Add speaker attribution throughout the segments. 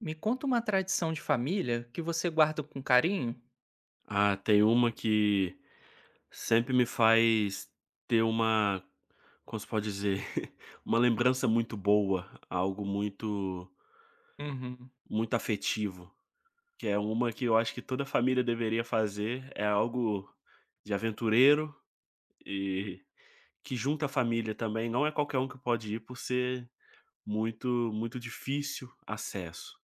Speaker 1: Me conta uma tradição de família que você guarda com carinho.
Speaker 2: Ah, tem uma que sempre me faz ter uma, como se pode dizer? Uma lembrança muito boa, algo muito
Speaker 1: Uhum.
Speaker 2: muito afetivo, que é uma que eu acho que toda família deveria fazer, é algo de aventureiro e que junta a família também, não é qualquer um que pode ir por ser muito muito difícil acesso.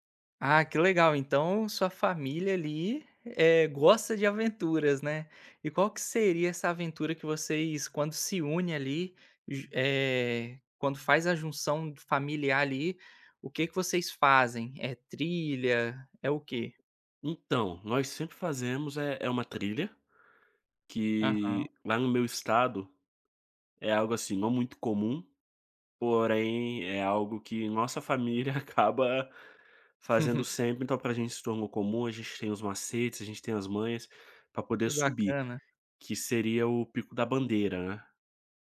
Speaker 1: Ah, que legal. Então sua família ali, gosta de aventuras, né. E qual que seria essa aventura que vocês, quando se une ali, quando faz a junção familiar ali, o que que vocês fazem? É trilha? É o quê?
Speaker 2: Então, nós sempre fazemos é uma trilha,
Speaker 1: Aham.
Speaker 2: que lá no meu estado é algo assim não muito comum. Porém, é algo que nossa família acaba fazendo sempre, então pra gente se tornou comum, a gente tem os macetes, a gente tem as manhas para poder
Speaker 1: Que
Speaker 2: subir,
Speaker 1: bacana.
Speaker 2: que seria o Pico da Bandeira, né,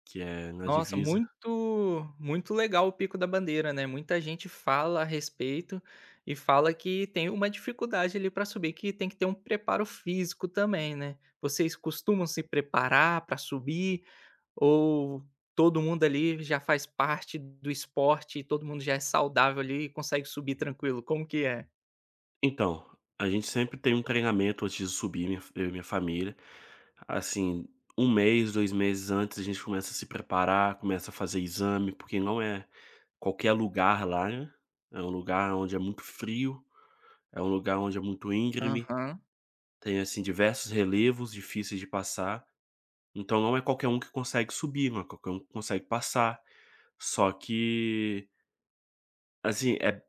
Speaker 2: que é na
Speaker 1: Nossa,
Speaker 2: divisa.
Speaker 1: muito legal o Pico da Bandeira, né, muita gente fala a respeito e fala que tem uma dificuldade ali para subir, que tem que ter um preparo físico também, né. Vocês costumam se preparar para subir ou todo mundo ali já faz parte do esporte e todo mundo já é saudável ali e consegue subir tranquilo, como que é?
Speaker 2: Então, a gente sempre tem um treinamento antes de subir, minha eu e minha família, assim, um mês, 2 meses antes a gente começa a se preparar, começa a fazer exame, porque não é qualquer lugar lá, né, é um lugar onde é muito frio, é um lugar onde é muito íngreme.
Speaker 1: Aham.
Speaker 2: Tem, assim, diversos relevos difíceis de passar, então não é qualquer um que consegue subir, não é qualquer um que consegue passar. Só que, assim, é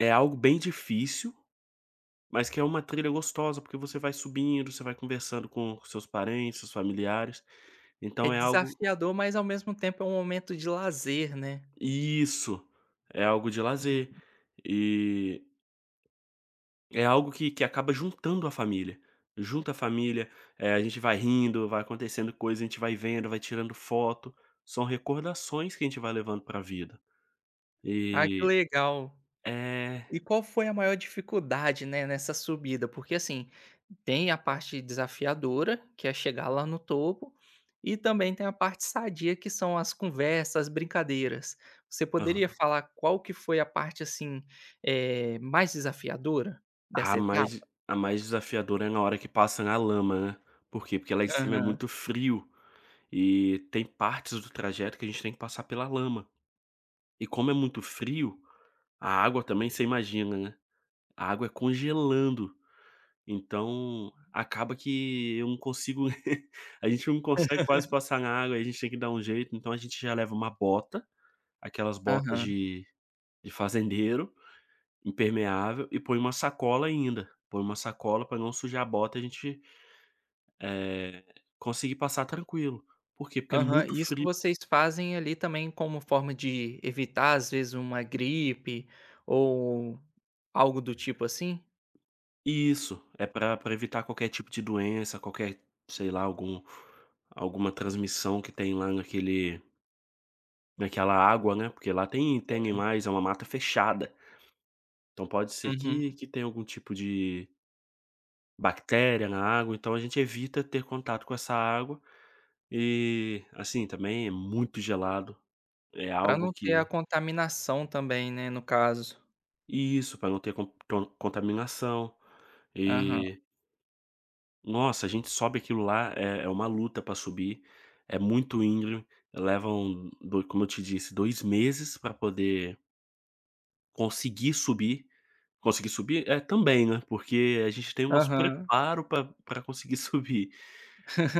Speaker 2: é algo bem difícil, mas que é uma trilha gostosa, porque você vai subindo, você vai conversando com seus parentes, seus familiares,
Speaker 1: É
Speaker 2: então é algo.
Speaker 1: desafiador, mas ao mesmo tempo é um momento de lazer, né.
Speaker 2: Isso, é algo de lazer.
Speaker 1: Uhum.
Speaker 2: E é algo que acaba juntando a família. Junta a família, a gente vai rindo, vai acontecendo coisa, a gente vai vendo, vai tirando foto. São recordações que a gente vai levando pra vida.
Speaker 1: Ah, que
Speaker 2: E
Speaker 1: legal.
Speaker 2: é.
Speaker 1: E qual foi a maior dificuldade, né, nessa subida? Porque assim, tem a parte desafiadora, que é chegar lá no topo, e também tem a parte sadia, que são as conversas, as brincadeiras. Você poderia
Speaker 2: Aham.
Speaker 1: falar qual que foi a parte assim, mais desafiadora
Speaker 2: A
Speaker 1: dessa etapa?
Speaker 2: mais a mais desafiadora é na hora que passa na lama, né. Por quê? Porque lá em cima é
Speaker 1: Aham,
Speaker 2: muito frio e tem partes do trajeto que a gente tem que passar pela lama. E como é muito frio, a água também, você imagina, né, a água é congelando. Então, acaba que eu não consigo, a gente não consegue quase passar na água, aí a gente tem que dar um jeito, então a gente já leva uma bota, aquelas botas
Speaker 1: aham,
Speaker 2: de fazendeiro, impermeável, e põe uma sacola ainda, põe uma sacola para não sujar a bota e a gente, eh, conseguir passar tranquilo. Por quê? Porque é
Speaker 1: aham.
Speaker 2: muito
Speaker 1: Isso
Speaker 2: frio.
Speaker 1: vocês fazem ali também como forma de evitar, às vezes, uma gripe ou algo do tipo assim?
Speaker 2: Isso, é para pra evitar qualquer tipo de doença, qualquer, sei lá, algum, alguma transmissão que tem lá naquele, daquela água, né, porque lá tem
Speaker 1: Sim.
Speaker 2: animais, é uma mata fechada, então pode ser
Speaker 1: Uhum.
Speaker 2: que tenha algum tipo de bactéria na água, então a gente evita ter contato com essa água e, assim, também é muito gelado, é
Speaker 1: Pra
Speaker 2: algo
Speaker 1: não ter a
Speaker 2: que,
Speaker 1: contaminação também, né, no caso.
Speaker 2: isso, para não ter contaminação
Speaker 1: Aham,
Speaker 2: e, nossa, a gente sobe aquilo lá, é uma luta para subir, é muito íngreme, levam do, como eu te disse, 2 meses para poder conseguir subir. Conseguir subir? É, também, né, porque a gente tem o nosso
Speaker 1: aham.
Speaker 2: preparo pra conseguir subir.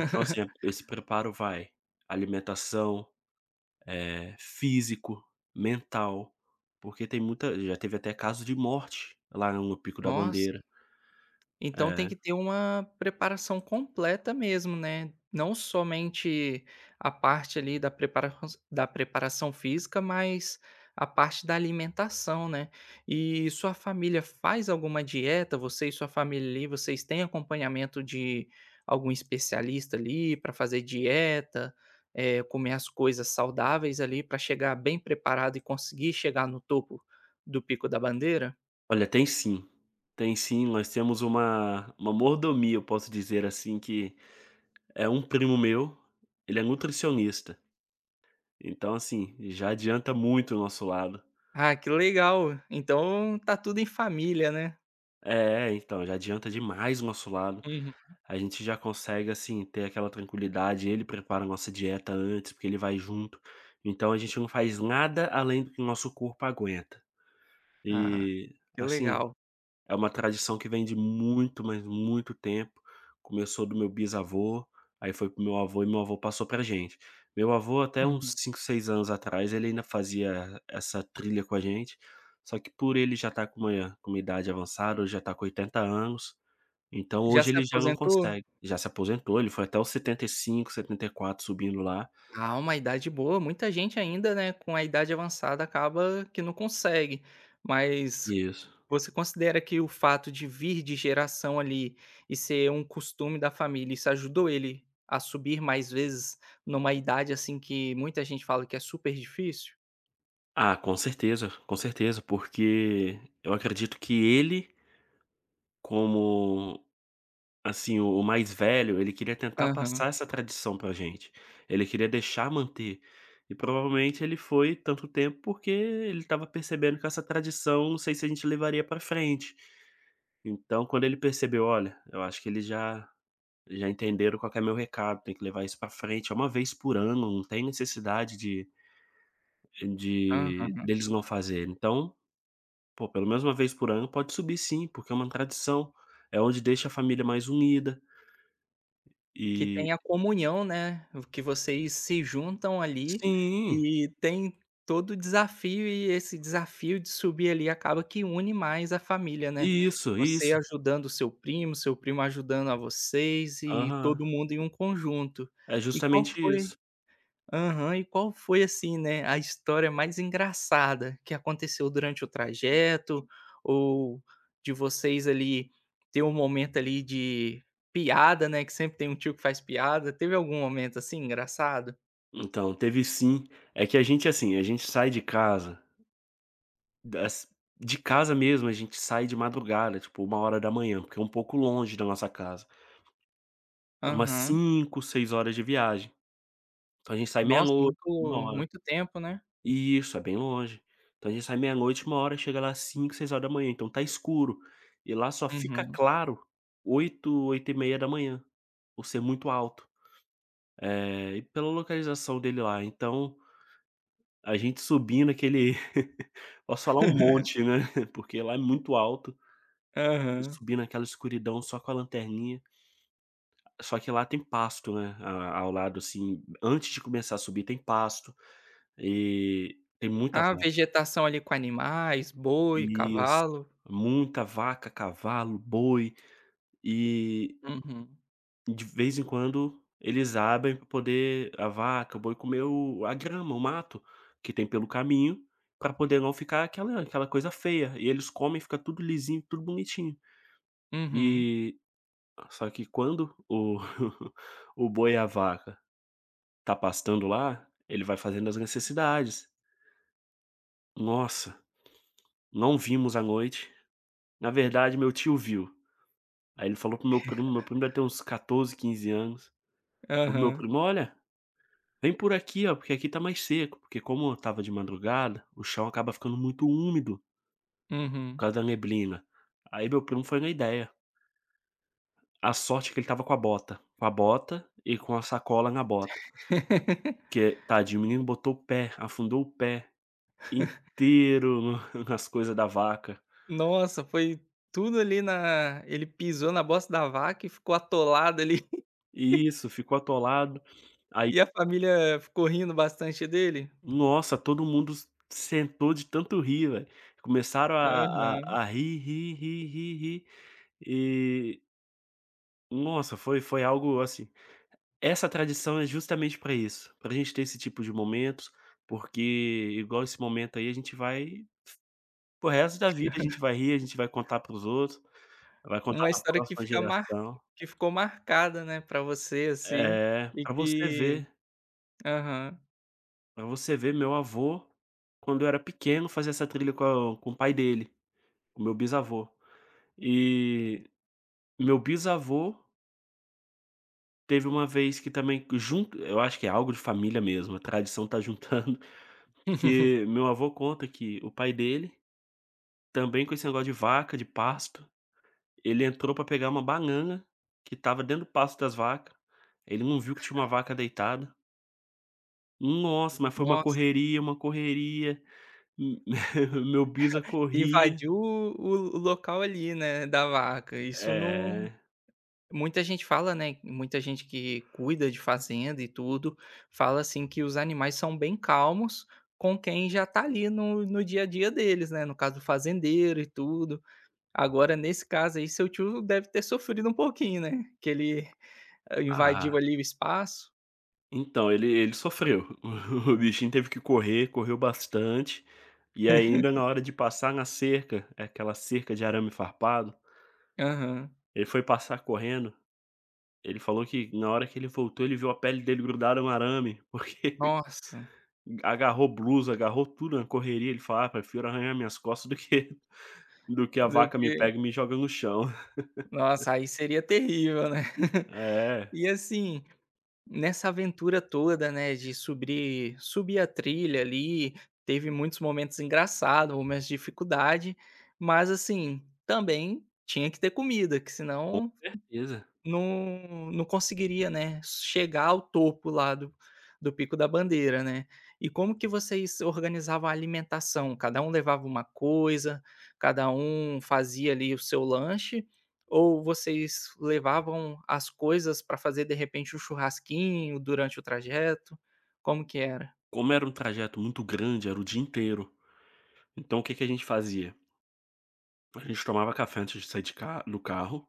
Speaker 2: Então, assim, esse preparo vai alimentação, físico, mental, porque tem muita já teve até caso de morte lá no Pico da
Speaker 1: Nossa.
Speaker 2: Bandeira.
Speaker 1: Então tem
Speaker 2: É.
Speaker 1: que ter uma preparação completa mesmo, né. Não somente a parte ali da preparaçãos da preparação física, mas a parte da alimentação, né. E sua família faz alguma dieta? Você e sua família ali, vocês têm acompanhamento de algum especialista ali para fazer dieta, comer as coisas saudáveis ali para chegar bem preparado e conseguir chegar no topo do Pico da Bandeira?
Speaker 2: Olha, tem sim, nós temos uma mordomia, eu posso dizer assim, que é um primo meu, ele é nutricionista, então, assim, já adianta muito o nosso lado.
Speaker 1: Ah, que legal. Então tá tudo em família, né?
Speaker 2: É, então, já adianta demais o nosso lado.
Speaker 1: Uhum.
Speaker 2: A gente já consegue, assim, ter aquela tranquilidade. Ele prepara a nossa dieta antes, porque ele vai junto. Então a gente não faz nada além do que o nosso corpo aguenta.
Speaker 1: Ah,
Speaker 2: E,
Speaker 1: que
Speaker 2: assim,
Speaker 1: legal.
Speaker 2: é uma tradição que vem de muito, mas muito tempo. Começou do meu bisavô, aí foi pro meu avô e meu avô passou pra gente. Meu avô, até uns
Speaker 1: Uhum.
Speaker 2: 5, 6 anos atrás, ele ainda fazia essa trilha com a gente. Só que por ele já estar com uma idade avançada, hoje já está com 80 anos, então
Speaker 1: Já
Speaker 2: hoje
Speaker 1: se
Speaker 2: ele já não
Speaker 1: aposentou?
Speaker 2: consegue, já se aposentou, ele foi até os 75, 74, subindo lá.
Speaker 1: Ah, uma idade boa. Muita gente ainda, né, com a idade avançada acaba que não consegue. Mas
Speaker 2: Isso.
Speaker 1: você considera que o fato de vir de geração ali e ser um costume da família, isso ajudou ele a subir mais vezes numa idade, assim, que muita gente fala que é super difícil?
Speaker 2: Ah, com certeza, porque eu acredito que ele, como, assim, o mais velho, ele queria tentar
Speaker 1: Aham,
Speaker 2: passar essa tradição pra gente, ele queria deixar manter. E provavelmente ele foi tanto tempo porque ele estava percebendo que essa tradição, não sei se a gente levaria pra frente. Então quando ele percebeu: "Olha, eu acho que ele já". Já entenderam qual que é meu recado, tem que levar isso pra frente, é uma vez por ano, não tem necessidade de
Speaker 1: aham.
Speaker 2: deles não fazerem. Então, pô, pelo menos uma vez por ano pode subir sim, porque é uma tradição, é onde deixa a família mais unida
Speaker 1: Que
Speaker 2: e...
Speaker 1: tem a comunhão, né, que vocês se juntam ali
Speaker 2: Sim,
Speaker 1: e tem todo o desafio e esse desafio de subir ali acaba que une mais a família, né.
Speaker 2: isso,
Speaker 1: Você
Speaker 2: isso.
Speaker 1: ajudando o seu primo ajudando a vocês e todo
Speaker 2: Aham.
Speaker 1: mundo em um conjunto.
Speaker 2: É
Speaker 1: E qual
Speaker 2: justamente
Speaker 1: foi
Speaker 2: isso.
Speaker 1: aham. E qual foi, assim, né, a história mais engraçada que aconteceu durante o trajeto, ou de vocês ali ter um momento ali de piada, né, que sempre tem um tio que faz piada. Teve algum momento, assim, engraçado?
Speaker 2: Então, teve sim. É que a gente, assim, a gente sai de casa, das de casa mesmo, a gente sai de madrugada, tipo uma hora da manhã, porque é um pouco longe da nossa casa. É umas
Speaker 1: Aham.
Speaker 2: 5, 6 horas de viagem. Então a gente sai
Speaker 1: Nossa,
Speaker 2: meia-noite,
Speaker 1: muito
Speaker 2: 13h.
Speaker 1: muito tempo, né?
Speaker 2: Isso, é bem longe. Então a gente sai meia-noite, uma hora, chega lá 5, 6 horas da manhã. Então tá escuro. E lá só fica
Speaker 1: Uhum.
Speaker 2: claro 8, 8h30 da manhã, por ser muito alto. E pela localização dele lá. Então, a gente subindo aquele, posso falar um monte, né, porque lá é muito alto, e
Speaker 1: Aham.
Speaker 2: subindo aquela escuridão só com a lanterninha. Só que lá tem pasto, né, a ao lado, assim, antes de começar a subir tem pasto, e tem muita
Speaker 1: A
Speaker 2: vaca.
Speaker 1: vegetação ali com animais, boi,
Speaker 2: Isso,
Speaker 1: cavalo.
Speaker 2: muita vaca, cavalo, boi, e
Speaker 1: Uhum.
Speaker 2: de vez em quando eles abrem para poder a vaca, o boi comer o a grama, o mato que tem pelo caminho, para poder não ficar aquela coisa feia, e eles comem, fica tudo lisinho, tudo bonitinho.
Speaker 1: Uhum.
Speaker 2: E só que quando o o boi e a vaca tá pastando lá, ele vai fazendo as necessidades. "Nossa, não vimos à noite. Na verdade, meu tio viu". Aí ele falou pro meu primo deve ter uns 14, 15 anos. O meu
Speaker 1: Aham.
Speaker 2: primo: "Olha, vem por aqui, ó, porque aqui tá mais seco". Porque como estava de madrugada, o chão acaba ficando muito úmido
Speaker 1: Uhum.
Speaker 2: por causa da neblina. Aí meu primo foi na ideia. A sorte é que ele estava com a bota e com a sacola na bota, porque tadinho, o menino botou o pé, afundou o pé inteiro no nas coisas da vaca.
Speaker 1: Nossa, foi tudo ali na ele pisou na bosta da vaca e ficou atolado ali,
Speaker 2: Isso, ficou atolado. Aí,
Speaker 1: e a família ficou rindo bastante dele?
Speaker 2: nossa, todo mundo s sentou de tanto rir, velho. Começaram a
Speaker 1: Aham.
Speaker 2: a a rir, rir, rir, rir, rir e, nossa, foi algo assim, essa tradição é justamente para isso, pra gente ter esse tipo de momentos, porque igual esse momento aí, a gente vai pro resto da vida, a gente vai rir, a gente vai contar para os outros, vai contar
Speaker 1: Uma
Speaker 2: pra
Speaker 1: história que
Speaker 2: próxima
Speaker 1: fica mar
Speaker 2: geração.
Speaker 1: que ficou marcada, né, pra você, assim,
Speaker 2: É,
Speaker 1: e
Speaker 2: pra você
Speaker 1: que
Speaker 2: ver,
Speaker 1: aham.
Speaker 2: pra você ver, meu avô, quando eu era pequeno, fazia essa trilha com o pai dele. O meu bisavô. E meu bisavô teve uma vez que também junto, eu acho que é algo de família mesmo, a tradição tá juntando, que meu avô conta que o pai dele, também com esse negócio de vaca, de pasto, ele entrou pra pegar uma banana que estava dentro do pasto das vacas, ele não viu que tinha uma vaca deitada. Nossa, mas foi
Speaker 1: Nossa,
Speaker 2: uma correria, meu bisa corria.
Speaker 1: invadiu o local ali, né, da vaca, isso não.
Speaker 2: É.
Speaker 1: Muita gente fala, né, muita gente que cuida de fazenda e tudo, fala assim que os animais são bem calmos com quem já tá ali no dia a dia deles, né, no caso do fazendeiro e tudo. Agora nesse caso aí, seu tio deve ter sofrido um pouquinho, né, que ele invadiu
Speaker 2: Ah.
Speaker 1: ali o espaço.
Speaker 2: Então, ele ele sofreu. O bichinho teve que correr, correu bastante, e ainda na hora de passar na cerca, é aquela cerca de arame farpado,
Speaker 1: Aham.
Speaker 2: ele foi passar correndo, ele falou que na hora que ele voltou ele viu a pele dele grudada no arame, porque
Speaker 1: Nossa,
Speaker 2: agarrou blusa, agarrou tudo na correria, ele falou: "Ah, prefiro arranhar minhas costas do que do que a
Speaker 1: do
Speaker 2: vaca me
Speaker 1: que
Speaker 2: pega e me joga no chão".
Speaker 1: nossa, aí seria terrível, né.
Speaker 2: É,
Speaker 1: E assim nessa aventura toda, né, de subir a trilha ali, teve muitos momentos engraçados, momentos de dificuldade, mas assim, também tinha que ter comida, que
Speaker 2: com
Speaker 1: senão
Speaker 2: certeza.
Speaker 1: não não conseguiria, né, chegar ao topo lá do do Pico da Bandeira, né. E como que vocês organizavam a alimentação? Cada um levava uma coisa, cada um fazia ali o seu lanche, ou vocês levavam as coisas para fazer, de repente, um churrasquinho durante o trajeto? Como que era?
Speaker 2: Como era um trajeto muito grande, era o dia inteiro, então o que que a gente fazia? A gente tomava café antes de sair de ca do carro,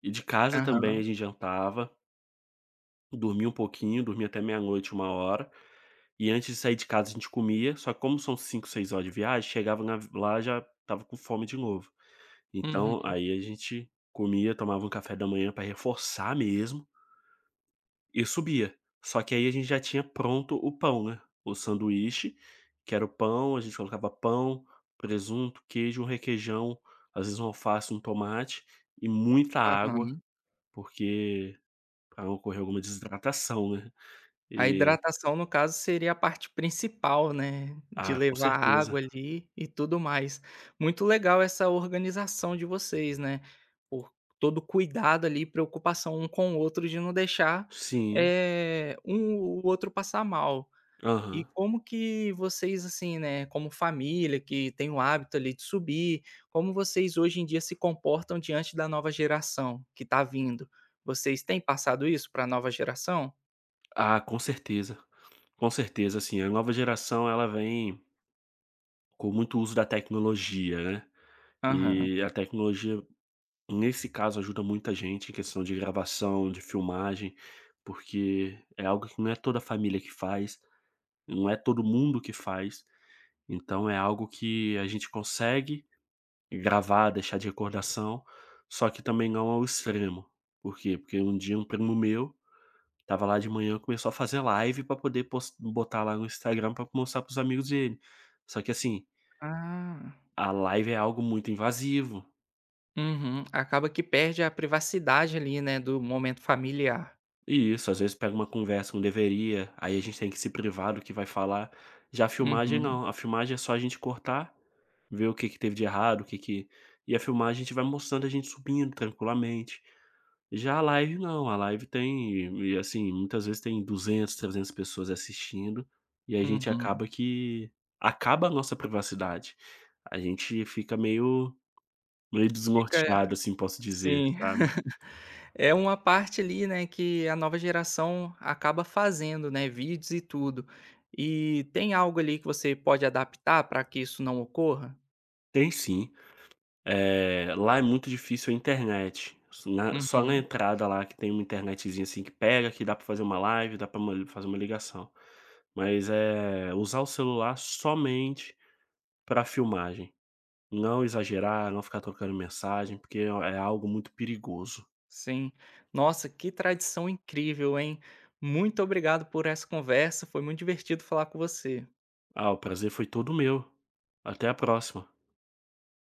Speaker 2: e de casa também
Speaker 1: Aham.
Speaker 2: a gente jantava, dormia um pouquinho, dormia até meia-noite, uma hora e antes de sair de casa a gente comia, só que como são 5 6 horas de viagem, chegava na lá já tava com fome de novo. Então
Speaker 1: Uhum.
Speaker 2: aí a gente comia, tomava um café da manhã para reforçar mesmo e subia. Só que aí a gente já tinha pronto o pão, né, o sanduíche, que era o pão, a gente colocava pão, presunto, queijo, um requeijão, às vezes um alface, um tomate e muita água,
Speaker 1: Aham.
Speaker 2: porque para não ocorrer alguma desidratação, né.
Speaker 1: A
Speaker 2: E
Speaker 1: hidratação, no caso, seria a parte principal, né, de
Speaker 2: ah, com
Speaker 1: levar
Speaker 2: certeza.
Speaker 1: água ali e tudo mais. Muito legal essa organização de vocês, né, por todo cuidado ali, preocupação um com o outro de não deixar,
Speaker 2: Sim.
Speaker 1: um o outro passar mal. E
Speaker 2: Aham.
Speaker 1: como que vocês, assim, né, como família que tem o hábito ali de subir, como vocês hoje em dia se comportam diante da nova geração que está vindo? Vocês têm passado isso para a nova geração?
Speaker 2: Ah, com certeza, assim, a nova geração ela vem com muito uso da tecnologia, né,
Speaker 1: Aham.
Speaker 2: e a tecnologia, nesse caso, ajuda muita gente em questão de gravação, de filmagem, porque é algo que não é toda a família que faz, não é todo mundo que faz, então é algo que a gente consegue gravar, deixar de recordação, só que também não ao extremo. Por quê? Porque um dia um primo meu tava lá de manhã, começou a fazer live para poder pos botar lá no Instagram para mostrar para os amigos dele. Só que assim,
Speaker 1: Ah.
Speaker 2: a live é algo muito invasivo.
Speaker 1: Uhum. Acaba que perde a privacidade ali, né, do momento familiar.
Speaker 2: E isso, às vezes pega uma conversa que não deveria, aí a gente tem que se privar do que vai falar. Já a filmagem
Speaker 1: Uhum,
Speaker 2: não, a filmagem é só a gente cortar, ver o que que teve de errado, o que que... E a filmagem a gente vai mostrando a gente subindo tranquilamente. Já a live não, a live tem, e assim, muitas vezes tem 200, 300 pessoas assistindo, e a gente
Speaker 1: uhum.
Speaker 2: acaba que acaba a nossa privacidade. A gente fica meio meio
Speaker 1: Fica
Speaker 2: desnorteado, assim, posso dizer,
Speaker 1: sim.
Speaker 2: sabe?
Speaker 1: É uma parte ali, né, que a nova geração acaba fazendo, né, vídeos e tudo. E tem algo ali que você pode adaptar para que isso não ocorra?
Speaker 2: Tem sim. Lá é muito difícil a internet. Na Só na
Speaker 1: Uhum,
Speaker 2: entrada lá que tem uma internetzinha, assim, que pega, que dá pra fazer uma live, dá pra uma fazer uma ligação. Mas é usar o celular somente pra filmagem. Não exagerar, não ficar trocando mensagem, porque é algo muito perigoso.
Speaker 1: sim. Nossa, que tradição incrível, hein. Muito obrigado por essa conversa, foi muito divertido falar com você.
Speaker 2: Ah, o prazer foi todo meu. Até a próxima.